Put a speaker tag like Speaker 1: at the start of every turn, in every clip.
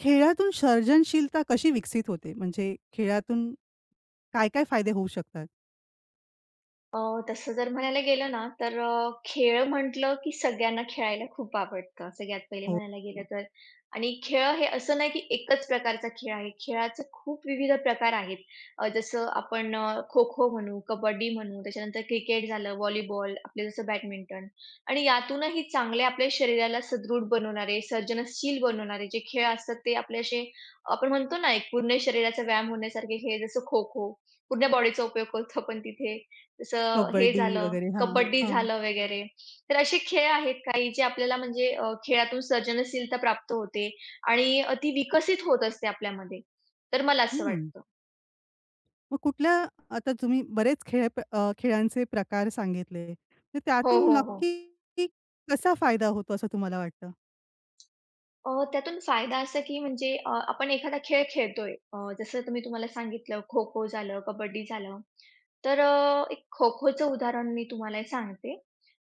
Speaker 1: खेळातून सर्जनशीलता कशी विकसित होते? म्हणजे खेळातून काय-काय फायदे होऊ शकतात?
Speaker 2: अ, तसं जर म्हणायला गेलं ना, तर खेळ म्हटलं की सगळ्यांना खेळायला खूप आवडतं. सगळ्यात पहिले
Speaker 1: हो,
Speaker 2: म्हणायला गेलं तर आणि खेळ हे असं नाही की एकच प्रकारचा खेळ आहे. खेळाचे खूप विविध प्रकार आहेत. जसं आपण खो-खो म्हणू, कबड्डी म्हणू, त्याच्यानंतर क्रिकेट झालं, व्हॉलीबॉल, आपलं जसं बॅडमिंटन आणि यातूनही चांगले आपल्या शरीराला सदृढ बनवणारे, सर्जनशील बनवणारे जे खेळ असतात ते आपले असे आपण म्हणतो ना, एक पूर्ण शरीराचा व्यायाम होण्यासारखे खेळ जसं खो-खो, पूर्ण बॉडीचा उपयोग करतो आपण तिथे. जसं हे
Speaker 1: कबड्डी
Speaker 2: झालं,
Speaker 1: वगैरे. हां,
Speaker 2: कबड्डी
Speaker 1: हां.
Speaker 2: झालं वगैरे. तर असे खेळ आहेत काही जे आपल्याला म्हणजे खेळातून सर्जनशीलता प्राप्त होते आणि ती विकसित होत असते आपल्यामध्ये. तर मला असं
Speaker 1: हं.
Speaker 2: वाटतं.
Speaker 1: मग कुठल्या आता तुम्ही बरेच खेळ खेळांचे प्रकार सांगितले. तर
Speaker 2: हो,
Speaker 1: त्यातून
Speaker 2: हो, हो.
Speaker 1: नक्की कसा फायदा होतो असं तुम्हाला वाटतं?
Speaker 2: त्यातून फायदा असा की म्हणजे आपण एखादा खेळ खेळतोय जसं तुम्ही तुम्हाला सांगितलं खो-खो झालं, कबड्डी झालं. तर एक खो-खोचं उदाहरण मी तुम्हाला सांगते.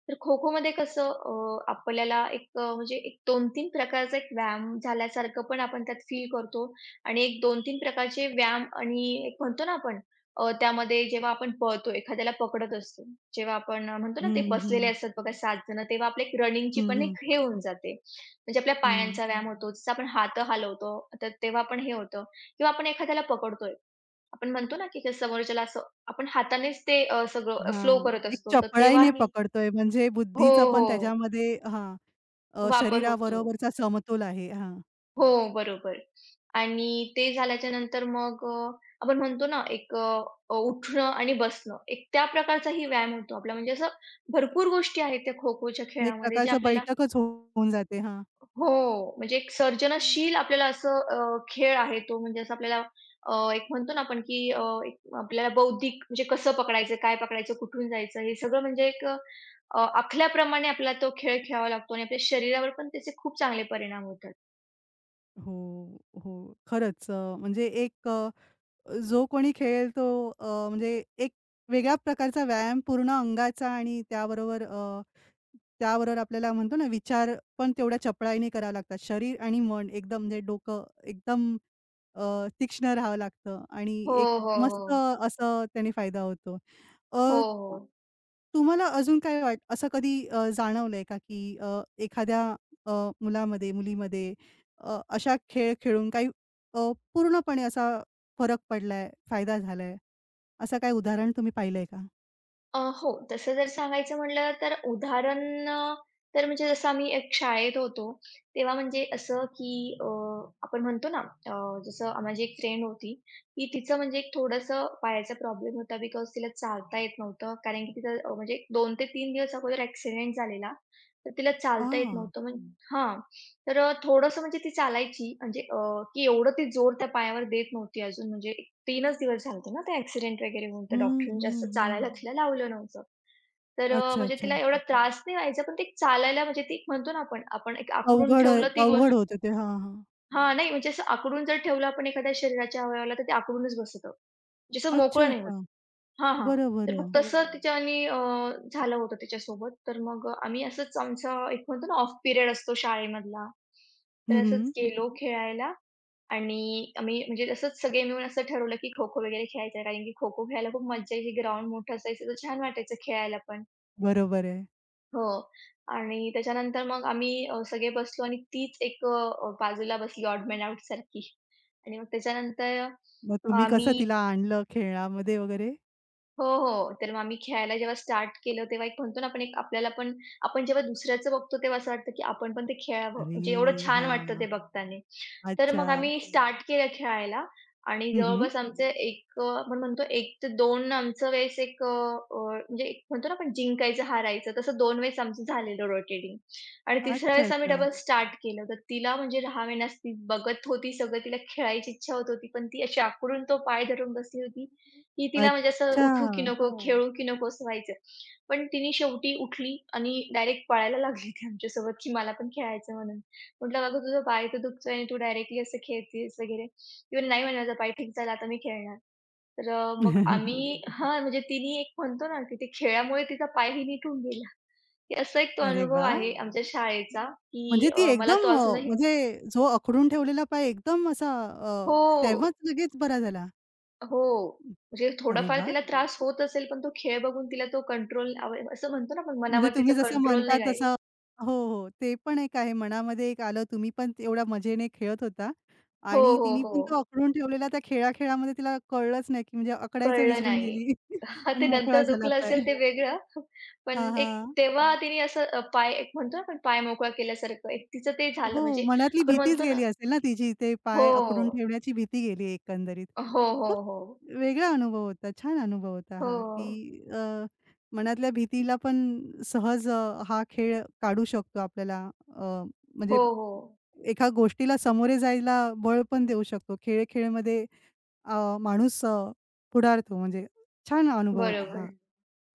Speaker 2: तर खो-खोमध्ये कसं आपल्याला एक म्हणजे एक 2-3 प्रकारचा एक व्यायाम झाल्यासारखं पण आपण त्यात फील करतो आणि एक 2-3 प्रकारचे व्यायाम आणि एक म्हणतो ना आपण त्यामध्ये जेव्हा आपण पळतो, एखाद्याला पकडत असतो, जेव्हा आपण म्हणतो ना ते
Speaker 1: हं,
Speaker 2: बसलेले
Speaker 1: हं.
Speaker 2: असतात बघा 7 जण, तेव्हा आपली एक रनिंगची
Speaker 1: हं,
Speaker 2: पण
Speaker 1: हं.
Speaker 2: एक हे होऊन जाते. म्हणजे आपल्या
Speaker 1: हं.
Speaker 2: पायांचा व्यायाम होतो, जसं आपण हात हलवतो, तर तेव्हा पण हे होतं किंवा आपण एखाद्याला पकडतोय. आपण म्हणतो ना, की ते समोरच्याला असं आपण हातानेच ते सगळं फ्लो
Speaker 1: हां.
Speaker 2: करत
Speaker 1: एक
Speaker 2: असतो, तर तेव्हा
Speaker 1: चपळाईने पकडतोय म्हणजे
Speaker 2: हो,
Speaker 1: बुद्धीचं
Speaker 2: हं, हं.
Speaker 1: पण
Speaker 2: हो.
Speaker 1: त्याच्यामध्ये, हां.
Speaker 2: वापर होतो.
Speaker 1: शरीराबरोबरचा समतोल आहे. हां.
Speaker 2: हो, बरोबर. आणि ते झाल्याच्या नंतर मग आपण म्हणतो ना, एक अ, अ, उठणं आणि बसणं, एक त्या प्रकारचाही व्यायाम होतो आपला. म्हणजे असं भरपूर गोष्टी आहेत त्या खो-खोच्या
Speaker 1: एक
Speaker 2: खेळामध्ये, जे
Speaker 1: प्रकारचं
Speaker 2: आपल्याला
Speaker 1: बैठकच होऊन जाते. हां.
Speaker 2: हो, म्हणजे एक सर्जनशील आपल्याला असं खेळ आहे तो. म्हणजे असं आपल्याला एक म्हणतो ना आपण, की एक आपल्याला बौद्धिक म्हणजे कसं पकडायचं, काय पकडायचं, कुठून जायचं हे सगळं म्हणजे एक आखल्याप्रमाणे आपल्याला तो खेळ खेळावा लागतो आणि आपल्या शरीरावर पण त्याचे खूप चांगले परिणाम होतात.
Speaker 1: हो, हो. खरंच, म्हणजे एक, जो कोणी खेळेल तो, म्हणजे एक वेगळ्या प्रकारचा व्यायाम पूर्ण अंगाचा आणि त्याबरोबर, त्याबरोबर आपल्याला म्हणतो ना, विचार पण तेवढ्या चपळाईने करावे लागतात. शरीर आणि मन एकदम, म्हणजे डोकं एकदम अ, तीक्ष्ण राहावं लागतं आणि
Speaker 2: हो,
Speaker 1: एक
Speaker 2: हो, हो.
Speaker 1: मस्त असं त्याने फायदा होतो.
Speaker 2: हो,
Speaker 1: अ
Speaker 2: हो.
Speaker 1: तुम्हाला अजून काय असं कधी जाणवलंय का, की एखाद्या अ, मुलामध्ये, मुलीमध्ये, अशा खेळ खेळून काही पूर्णपणे असा फरक पडलाय, फायदा झालाय, असं काही उदाहरण तुम्ही पाहिलंय का?
Speaker 2: हो. तसं जर सांगायचं म्हटलं तर उदाहरण तर म्हणजे जसं आम्ही एक शाळेत होतो, तेव्हा म्हणजे असं की अ, आपण म्हणतो ना अ, जसं माझी एक फ्रेंड होती, की तिचं म्हणजे एक थोडंसं पायाचा प्रॉब्लेम होता बिकॉज तिला चालता येत नव्हतं. कारण की तिचं म्हणजे 2 ते तीन दिवस अगोदर ॲक्सिडेंट झालेला. तर तिला चालता येत
Speaker 1: आ!
Speaker 2: नव्हतं हां. तर थोडंसं म्हणजे ती चालायची म्हणजे की एवढं ती जोर त्या पायावर देत नव्हती अजून म्हणजे 3च दिवस झाले होते ना ते ॲक्सिडेंट वगैरे होऊन. तर
Speaker 1: हं,
Speaker 2: डॉक्टरांनी
Speaker 1: हं,
Speaker 2: जास्त
Speaker 1: हं.
Speaker 2: चालायला तिला लावलं नव्हतं. तर
Speaker 1: अच्छा,
Speaker 2: म्हणजे तिला
Speaker 1: अच्छा.
Speaker 2: एवढा त्रास नाही व्हायचा, पण ते चालायला म्हणजे ते म्हणतो ना आपण, आपण एक आखडून
Speaker 1: अवघड आहे,
Speaker 2: ठेवलं ती गो
Speaker 1: अवघड
Speaker 2: आखडून.
Speaker 1: होतं ते. हां, हां.
Speaker 2: नाही म्हणजे असं आखडून जर ठेवलं आपण एखाद्या शरीराच्या अवयवाला, तर ते आखडूनच बसतं. जसं
Speaker 1: अच्छा,
Speaker 2: मोकळं नाही होत.
Speaker 1: अच्छा.
Speaker 2: हां, हां.
Speaker 1: बरं,
Speaker 2: तर मग हं.
Speaker 1: बरं.
Speaker 2: तसं बरोबर. तिच्यानी झालं होतं तिच्यासोबत. तर मग आम्ही असंच आमचा एक म्हणतो ना ऑफ पिरियड असतो शाळेमधला. तर
Speaker 1: हं,
Speaker 2: असंच गेलो खेळायला आणि आम्ही म्हणजे असंच सगळे मिळून असं ठरवलं, की खो-खो वगैरे खेळायचं कारण की खो-खो खेळायला खूप मज्जा यायची. ग्राउंड मोठं असायचं तर छान वाटायचं खेळायला पण.
Speaker 1: बरोबर आहे.
Speaker 2: हो. आणि त्याच्यानंतर मग आम्ही सगळे बसलो आणि तीच एक बाजूला बसली ऑड मन आउट सारखी आणि मग त्याच्यानंतर
Speaker 1: मग तुम्ही कसं
Speaker 2: आम्ही
Speaker 1: तिला आणलं खेळामध्ये वगैरे?
Speaker 2: हो, हो. तर मग आम्ही खेळायला जेव्हा स्टार्ट केलं, तेव्हा एक म्हणतो ना आपण एक आपल्याला पण आपण जेव्हा दुसऱ्याचं बघतो, तेव्हा असं वाटतं की आपण पण ते खेळावं. म्हणजे एवढं
Speaker 1: अरे!
Speaker 2: छान वाटतं ते
Speaker 1: हां.
Speaker 2: बघताना. तर
Speaker 1: अच्छा.
Speaker 2: मग आम्ही स्टार्ट केलं खेळायला आणि
Speaker 1: हं, हं.
Speaker 2: जवळपास आमचे एक आपण म्हणतो 1 ते 2 आमचं वेळेस एक अ, अ, म्हणजे एक म्हणतो ना आपण जिंकायचं, हारायचं तसं 2 वेळेस आमचं झालेलं रोटेटिंग आणि तिसऱ्या
Speaker 1: अच्छा,
Speaker 2: वेळेस आम्ही
Speaker 1: अच्छा.
Speaker 2: डबल स्टार्ट केलं. तर तिला म्हणजे राहावेनास ती बघत होती सगळं, तिला खेळायची इच्छा होत होती, पण ती अशी आकुरून तो पाय धरून बसली होती, की तिला म्हणजे असं
Speaker 1: अच्छा.
Speaker 2: उठू की नको, खेळू की नको असं व्हायचं. पण तिने शेवटी उठली आणि डायरेक्ट पळायला लागली ती आमच्यासोबत, की मला पण खेळायचं म्हणून. म्हटलं, "अगं तुझा पाय तर दुखतोय आणि तू डायरेक्टली असं खेळतीयेस वगैरे." ती म्हणे, "नाही म्हणे माझा पाय ठीक झाला, आता मी खेळणार." तर मग आम्ही हां, म्हणजे तिने एक म्हणतो ना, की ते खेळामुळे तिचा पायही नीट होऊन गेला. की असा एक तो
Speaker 1: अरे
Speaker 2: अनुभव
Speaker 1: वाह!
Speaker 2: आहे आमच्या शाळेचा,
Speaker 1: म्हणजे
Speaker 2: की
Speaker 1: ती
Speaker 2: मला तो
Speaker 1: एकदम,
Speaker 2: अजूनही
Speaker 1: म्हणजे जो अखडून ठेवलेला पाय एकदम असा
Speaker 2: हो,
Speaker 1: तेव्हाच लगेच बरा झाला.
Speaker 2: हो. म्हणजे
Speaker 1: अरे
Speaker 2: थोडाफार
Speaker 1: वाह!
Speaker 2: तिला त्रास होत असेल, पण तो खेळ बघून तिला तो कंट्रोल असं म्हणतो ना आपण,
Speaker 1: म्हणजे
Speaker 2: मनावर तिचा
Speaker 1: तुम्ही जसं
Speaker 2: कंट्रोल
Speaker 1: म्हणता
Speaker 2: नाही राहिला.
Speaker 1: तसं. हो, हो. ते पण एक आहे, मनामध्ये एक आलं, तुम्ही पण एवढ्या मजेने खेळत होता
Speaker 2: हो,
Speaker 1: आणि
Speaker 2: हो,
Speaker 1: तिने पण तो
Speaker 2: हो.
Speaker 1: अखडून ठेवलेला, त्या खेळा-खेळामध्ये तिला कळलंच नाही, की म्हणजे अकडायचं
Speaker 2: कळलं
Speaker 1: विसरून
Speaker 2: नाही.
Speaker 1: गेली
Speaker 2: हां,
Speaker 1: आणि
Speaker 2: ते
Speaker 1: मोकळा
Speaker 2: नंतर
Speaker 1: झाला
Speaker 2: दुखलं
Speaker 1: पाय.
Speaker 2: असेल ते वेगळं. पण
Speaker 1: हां,
Speaker 2: एक
Speaker 1: हां.
Speaker 2: तेव्हा तिने असं पाय एक म्हणतो ना आपण पाय मोकळा केल्यासारखं एक तिचं ते झालं
Speaker 1: हो,
Speaker 2: म्हणजे
Speaker 1: मनातली
Speaker 2: आपण
Speaker 1: भीतीच
Speaker 2: म्हणतो ना
Speaker 1: गेली असेल ना तिची, ते पाय अकडून
Speaker 2: हो.
Speaker 1: ठेवण्याची भीती गेली एकंदरीत.
Speaker 2: हो, हो,
Speaker 1: खूप
Speaker 2: हो.
Speaker 1: वेगळा अनुभव होता, छान अनुभव होता
Speaker 2: हो.
Speaker 1: हा, की मनातल्या भीतीला पण सहज, हा खेळ काढू शकतो आपल्याला. अ, म्हणजे
Speaker 2: हो, हो.
Speaker 1: एका गोष्टीला सामोरे जायला बळ पण देऊ शकतो. खेळ-खेळमध्ये अ, माणूस पुढारतो, म्हणजे छान अनुभव होता हा.
Speaker 2: बरोबर.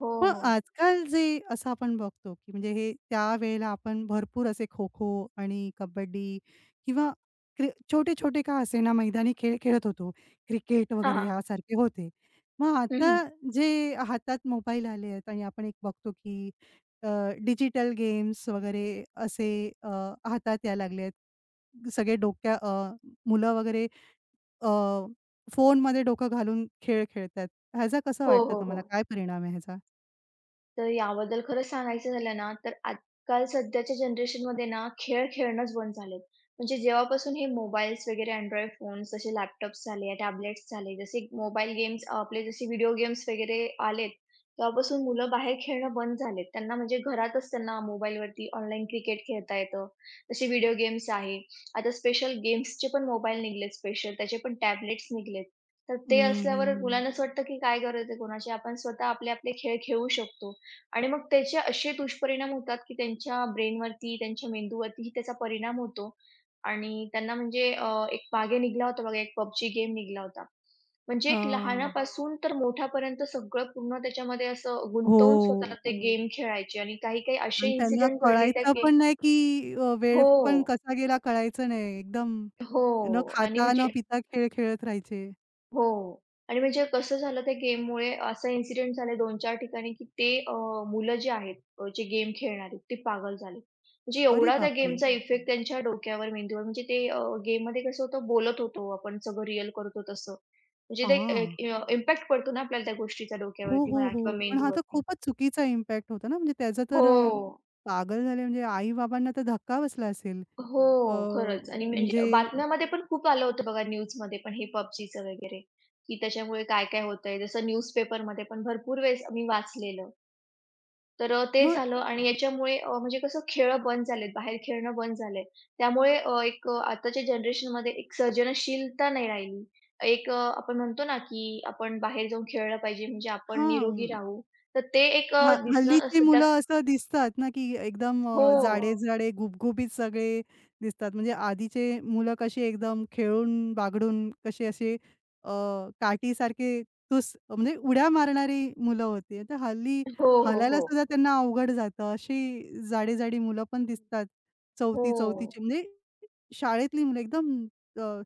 Speaker 2: हो,
Speaker 1: मग
Speaker 2: हो.
Speaker 1: आजकाल जे असं आपण बघतो, की म्हणजे हे त्यावेळेला आपण भरपूर असे खो-खो आणि कबड्डी किंवा छोटे-छोटे का असे ना मैदानी खेळ खेळत होतो. क्रिकेट
Speaker 2: हां,
Speaker 1: वगैरे
Speaker 2: हां.
Speaker 1: यासारखे होते. मग
Speaker 2: हं,
Speaker 1: आता
Speaker 2: हं.
Speaker 1: जे हातात मोबाईल आले आहेत आणि आपण एक बघतो, की डिजिटल गेम्स वगैरे असे अ, हातात यायला लागले आहेत. सगळे मुलं वगैरे अ, फोनमध्ये डोकं घालून खेळ खेळत, ह्याचा कसं
Speaker 2: हो,
Speaker 1: वाटतं
Speaker 2: हो, हो.
Speaker 1: तुम्हाला? काय परिणाम आहे?
Speaker 2: तर याबद्दल खरं सांगायचं झालं ना, तर आजकाल सध्याच्या जनरेशनमध्ये ना, खेळ खेळणंच बंद झालेत. म्हणजे जेव्हापासून हे मोबाईल्स वगैरे Android फोन्स, जसे लॅपटॉप्स झाले, टॅबलेट्स झाले, जसे मोबाईल गेम्स आपले जसे व्हिडिओ गेम्स वगैरे आलेत, तेव्हापासून मुलं बाहेर खेळणं बंद झालेत. त्यांना म्हणजे घरातच त्यांना मोबाईलवरती ऑनलाईन क्रिकेट खेळता येतं. तसे व्हिडिओ गेम्स आहे. आता स्पेशल गेम्सचे पण मोबाईल निघालेत स्पेशल, त्याचे पण टॅबलेट्स निघालेत. तर ते
Speaker 1: हं, हं.
Speaker 2: असल्यावर मुलांना असं वाटतं की काय गरज आहे कोणाची? आपण स्वतः आपले आपले खेळ खेळू शकतो. आणि मग त्याचे असे दुष्परिणाम होतात, की त्यांच्या ब्रेनवरती, त्यांच्या मेंदूवरतीही त्याचा परिणाम होतो आणि त्यांना म्हणजे एक मागे निघाला होता बघा, एक PUBG गेम निघाला होता. म्हणजे एक
Speaker 1: हां.
Speaker 2: लहानापासून तर मोठ्यापर्यंत सगळं पूर्ण त्याच्यामध्ये असं
Speaker 1: हो.
Speaker 2: गुंतवून स्वतःला ते गेम खेळायचे आणि काही-काही असे
Speaker 1: आणि त्यांना
Speaker 2: इन्सिडेंट घडले त्या
Speaker 1: कळायचं
Speaker 2: हो गेम
Speaker 1: पण नाही, की वेळ पण
Speaker 2: हो,
Speaker 1: कसा गेला कळायचं नाही. एकदम
Speaker 2: हो.
Speaker 1: न
Speaker 2: आणि
Speaker 1: खाता
Speaker 2: म्हणजे
Speaker 1: न पिता खेळ खेळत राहायचे.
Speaker 2: हो. आणि म्हणजे कसं झालं त्या गेममुळे असे इन्सिडेंट झाले 2-4 ठिकाणी, की ते मुलं जी आहेत, जे गेम खेळणारी ते पागल झाले. म्हणजे
Speaker 1: अरे
Speaker 2: एवढा त्या
Speaker 1: बापरे!
Speaker 2: गेमचा इफेक्ट त्यांच्या डोक्यावर, मेंदूवर म्हणजे ते गेम गेममध्ये कसं होतं बोलत होतो आपण सगळं रिअल करतो तसं. म्हणजे ते
Speaker 1: हां.
Speaker 2: एक इम्पॅक्ट पडतो ना आपल्याला त्या गोष्टीचा
Speaker 1: हो,
Speaker 2: डोक्यावरती
Speaker 1: हो,
Speaker 2: म्हणा किंवा
Speaker 1: हो. पण हा तर
Speaker 2: मेंदूवरती.
Speaker 1: खूपच चुकीचा इम्पॅक्ट होता ना, म्हणजे त्याचा तर,
Speaker 2: हो.
Speaker 1: पागल झाले म्हणजे आई-बाबांना तर धक्का बसला असेल.
Speaker 2: हो,
Speaker 1: अ,
Speaker 2: खरंच आणि
Speaker 1: म्हणजे
Speaker 2: म्हणजे बातम्यांमध्ये पण खूप आलं होतं बघा न्यूजमध्ये पण हे पबजीचं वगैरे, की त्याच्यामुळे काय-काय होतंय. जसं न्यूजपेपरमध्ये पण भरपूर वेळेस मी वाचलेलं. तर ते
Speaker 1: मग,
Speaker 2: झालं आणि याच्यामुळे म्हणजे कसं खेळं बंद झालेत, बाहेर खेळणं बंद झालंय. त्यामुळे एक आताच्या जनरेशनमध्ये एक सर्जनशीलता नाही राहिली. एक आपण म्हणतो ना, की आपण बाहेर जाऊन खेळलं पाहिजे म्हणजे आपण
Speaker 1: हां.
Speaker 2: निरोगी राहू. तर ते एक
Speaker 1: हा,
Speaker 2: हां, दिसणं
Speaker 1: हल्लीची
Speaker 2: सध्या निरोगी
Speaker 1: मुलं असं दिसतात ना, की एकदम
Speaker 2: हो. राहावं हो,
Speaker 1: जाडे-जाडे, गुबगुबीत सगळे दिसतात. म्हणजे आधीचे मुलं कशी एकदम खेळून बागडून कसे असे अ, काठीसारखे, म्हणजे उड्या मारणारी मुलं होती. तर हल्ली
Speaker 2: असं हो, एक
Speaker 1: हलायला
Speaker 2: हो.
Speaker 1: सुद्धा त्यांना अवघड जातं. अशी जाडी-जाडी मुलं पण दिसतात.
Speaker 2: हो.
Speaker 1: 4थी-4थीची म्हणजे शाळेतली मुलं एकदम, अ,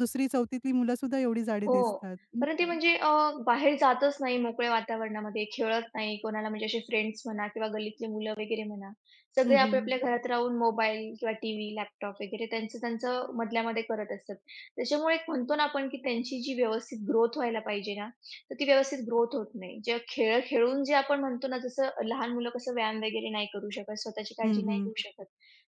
Speaker 1: 2री-4थीतली मुलं सुद्धा एवढी जाडी दिसतात.
Speaker 2: परंतु ते म्हणजे बाहेर जातच नाही मोकळ्या वातावरणामध्ये, खेळत नाही कोणाला म्हणजे असे फ्रेंड्स म्हणा किंवा गल्लीतली मुलं वगैरे म्हणा. सगळे
Speaker 1: हं, हं,
Speaker 2: आपल्या-आपल्या घरात राहून मोबाईल किंवा टीव्ही, लॅपटॉप वगैरे त्यांचं-त्यांचं मधल्यामध्ये करत असतात. त्याच्यामुळे एक म्हणतो ना आपण, की त्यांची जी व्यवस्थित ग्रोथ व्हायला पाहिजे ना, तर ती व्यवस्थित ग्रोथ होत नाही. जे खेळ खेळून जे आपण म्हणतो ना, जसं लहान मुलं कसं व्यायाम वगैरे नाही करू शकत, स्वतःची
Speaker 1: हं,
Speaker 2: काळजी नाही
Speaker 1: हं.
Speaker 2: घेऊ शकत,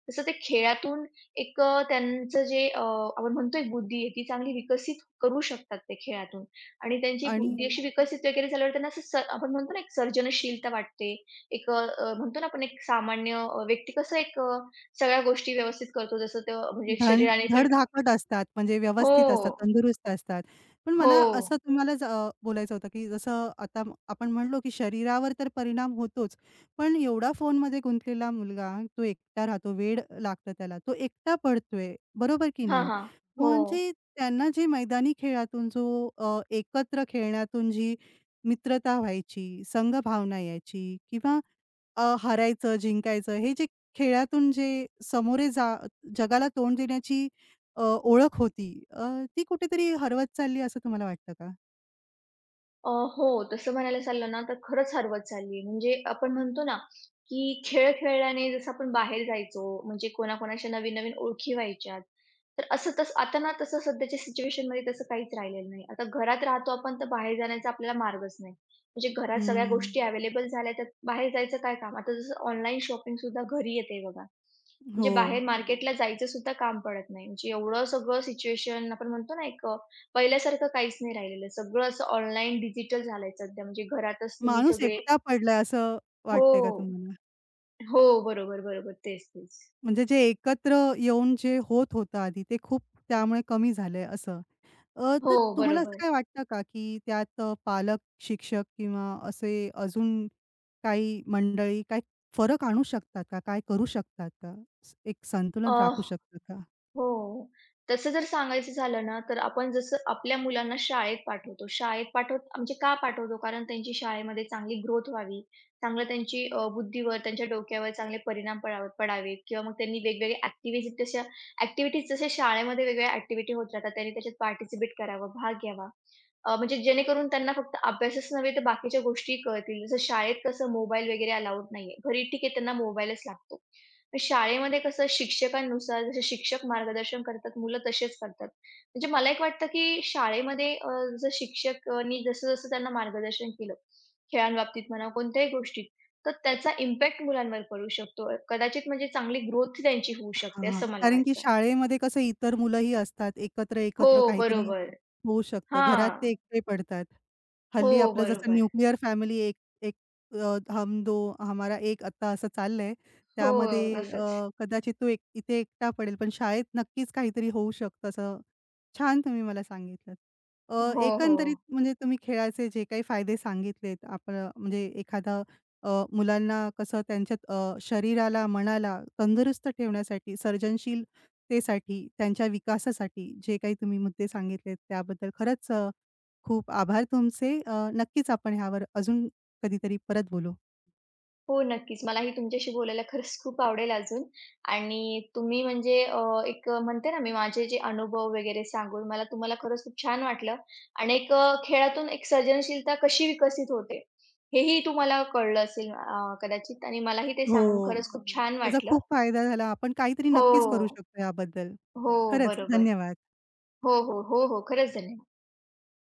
Speaker 2: तसं ते खेळातून एक त्यांचं जे आपण म्हणतो एक बुद्धी आहे ती चांगली विकसित करू शकतात ते खेळातून आणि त्यांची
Speaker 1: आणि
Speaker 2: बुद्धी अशी विकसित वगैरे झाल्यावर त्यांना असं आपण म्हणतो ना एक सर्जनशीलता वाटते. एक अ, अ, म्हणतो ना आपण एक सामान्य व्यक्ती कसं एक सगळ्या गोष्टी व्यवस्थित करतो जसं ते म्हणजे शरीराने पण
Speaker 1: धडधाकट असतात, म्हणजे
Speaker 2: हो,
Speaker 1: व्यवस्थित
Speaker 2: व्यवस्थित काम
Speaker 1: असतात,
Speaker 2: करतो.
Speaker 1: तंदुरुस्त असतात. पण मला
Speaker 2: हो.
Speaker 1: असं तुम्हाला, बोलायचं होतं, की जसं आता, आपण म्हणलो, की शरीरावर तर परिणाम होतोच, पण एवढा फोनमध्ये गुंतलेला मुलगा, तो एकटा राहतो, वेड लागतं त्याला. तो एकटा पडतोय, बरोबर की
Speaker 2: हां,
Speaker 1: नाही?
Speaker 2: हां. हो.
Speaker 1: म्हणजे त्यांना जे मैदानी खेळातून जो, एकत्र खेळण्यातून जी मित्रता व्हायची, संघ भावना यायची, किंवा हारायचं, जिंकायचं, हे जे खेळातून जे समोरे, जगाला तोंड देण्याची ओळख होती, ती कुठेतरी हरवत चालली असं तुम्हाला वाटतं का?
Speaker 2: अ, हो. तसं म्हणायला चाललं ना, तर खरंच हरवत चालली म्हणजे आपण म्हणतो ना, की खेळ खेळल्याने जसं आपण बाहेर जायचो, म्हणजे कोणाकोणाच्या नवीन-नवीन ओळखी व्हायच्यात. तर असं तसं आता ना तसं सध्याच्या सिच्युएशनमध्ये तसं काहीच राहिलेलं नाही. आता घरात राहतो आपण, तर बाहेर जाण्याचा आपल्याला मार्गच नाही. म्हणजे घरात सगळ्या
Speaker 1: हं.
Speaker 2: गोष्टी अवेलेबल झाल्या, तर बाहेर जायचं काय काम? आता जसं ऑनलाईन शॉपिंगसुद्धा घरी येते बघा.
Speaker 1: हो.
Speaker 2: म्हणजे बाहेर मार्केटला जायचं सुद्धा काम पडत नाही. म्हणजे एवढं सगळं सिच्युएशन आपण म्हणतो ना, एक पहिल्यासारखं काहीच नाही राहिलेलं. सगळं असं ऑनलाईन डिजिटल झालंय सध्या. म्हणजे घरातच तुम्ही
Speaker 1: माणूस
Speaker 2: सगळे
Speaker 1: एकटा पडलाय असं
Speaker 2: हो.
Speaker 1: वाटतंय का तुम्हाला?
Speaker 2: हो. बरोबर, बरोबर. तेच, तेच.
Speaker 1: म्हणजे जे एकत्र येऊन जे होत होतं आधी, ते खूप त्यामुळे कमी झालंय असं? तर
Speaker 2: हो, हं.
Speaker 1: तुम्हाला असं
Speaker 2: बरोबर.
Speaker 1: काय वाटतं का, की त्यात पालक, शिक्षक किंवा असे अजून काही मंडळी काही फरक आणू शकतात का? काय करू शकतात का? एक संतुलन
Speaker 2: हं.
Speaker 1: राखू शकतात का?
Speaker 2: हो. तसं जर सांगायचं झालं ना, तर आपण जसं आपल्या मुलांना शाळेत पाठवतो. शाळेत पाठवत म्हणजे का पाठवतो? कारण त्यांची शाळेमध्ये चांगली ग्रोथ व्हावी. चांगलं त्यांची बुद्धीवर, त्यांच्या डोक्यावर चांगले परिणाम पडावेत किंवा मग त्यांनी वेगवेगळ्या ॲक्टिव्हिज तशा ॲक्टिव्हिटीज जशा शाळेमध्ये वेगवेगळ्या ॲक्टिव्हिटी होत राहतात, त्यांनी त्याच्यात पार्टिसिपेट करावं, भाग घ्यावा. म्हणजे जेणेकरून त्यांना फक्त अभ्यासच नव्हे तर बाकीच्या गोष्टीही कळतील. जसं शाळेत कसं मोबाईल वगैरे अलाउड नाहीये. घरी ठीक आहे त्यांना मोबाईलच लागतो. पण शाळेमध्ये कसं शिक्षकांनुसार जसे शिक्षक मार्गदर्शन करतात, मुलं तसेच करतात. म्हणजे मला एक वाटतं, की शाळेमध्ये जर शिक्षकांनी जसं-जसं त्यांना मार्गदर्शन केलं, खेळांबाबतीत म्हणा कोणत्याही गोष्टीत, तर त्याचा इम्पॅक्ट मुलांवर पडू शकतो. कदाचित म्हणजे चांगली ग्रोथ त्यांची होऊ शकते
Speaker 1: हां,
Speaker 2: असं मला
Speaker 1: कारण की
Speaker 2: वाटतं.
Speaker 1: शाळेमध्ये कसं इतर मुलंही असतात.
Speaker 2: हो,
Speaker 1: एकत्र-एकत्र काहीतरी
Speaker 2: बरोबर.
Speaker 1: होऊ शकतं. घरात ते
Speaker 2: हां.
Speaker 1: एकटे पडतात.
Speaker 2: हो,
Speaker 1: हल्ली आपलं जसं
Speaker 2: बरोबर.
Speaker 1: न्यूक्लिअर फॅमिली, एक एक हम दो हमारा एक, आता असं चाललंय.
Speaker 2: हो,
Speaker 1: त्यामध्ये
Speaker 2: तसंच.
Speaker 1: कदाचित तो एक इथे एकटा पडेल, पण शाळेत नक्कीच काहीतरी होऊ शकतं असं. छान तुम्ही मला सांगितलंत.
Speaker 2: हो, हो.
Speaker 1: एकंदरीत म्हणजे तुम्ही खेळाचे जे काही फायदे सांगितलेत, आपलं म्हणजे एखादा, मुलांना कसं त्यांच्या शरीराला, मनाला तंदुरुस्त ठेवण्यासाठी, सर्जनशीलतेसाठी, त्यांच्या विकासासाठी जे काही तुम्ही मुद्दे सांगितलेत त्याबद्दल खरंच, खूप आभार तुमचे. नक्कीच आपण ह्यावर अजून कधीतरी परत बोलू.
Speaker 2: हो, नक्कीच. मलाही तुमच्याशी बोलायला खरंच खूप आवडेल अजून आणि तुम्ही म्हणजे एक म्हणते ना मी माझे जे अनुभव वगैरे सांगून मला तुम्हाला खरंच खूप छान वाटलं आणि एक खेळातून एक सर्जनशीलता कशी विकसित होते, हेही तुम्हाला कळलं असेल कदाचित आणि मलाही ते
Speaker 1: हो.
Speaker 2: सांगून खरंच खूप छान
Speaker 1: त्याचा
Speaker 2: वाटलं.
Speaker 1: खूप फायदा झाला. आपण काहीतरी नक्कीच करू
Speaker 2: हो,
Speaker 1: शकतो याबद्दल.
Speaker 2: हो,
Speaker 1: खरंच
Speaker 2: बरोबर.
Speaker 1: धन्यवाद.
Speaker 2: हो, हो, हो, हो. खरंच धन्यवाद.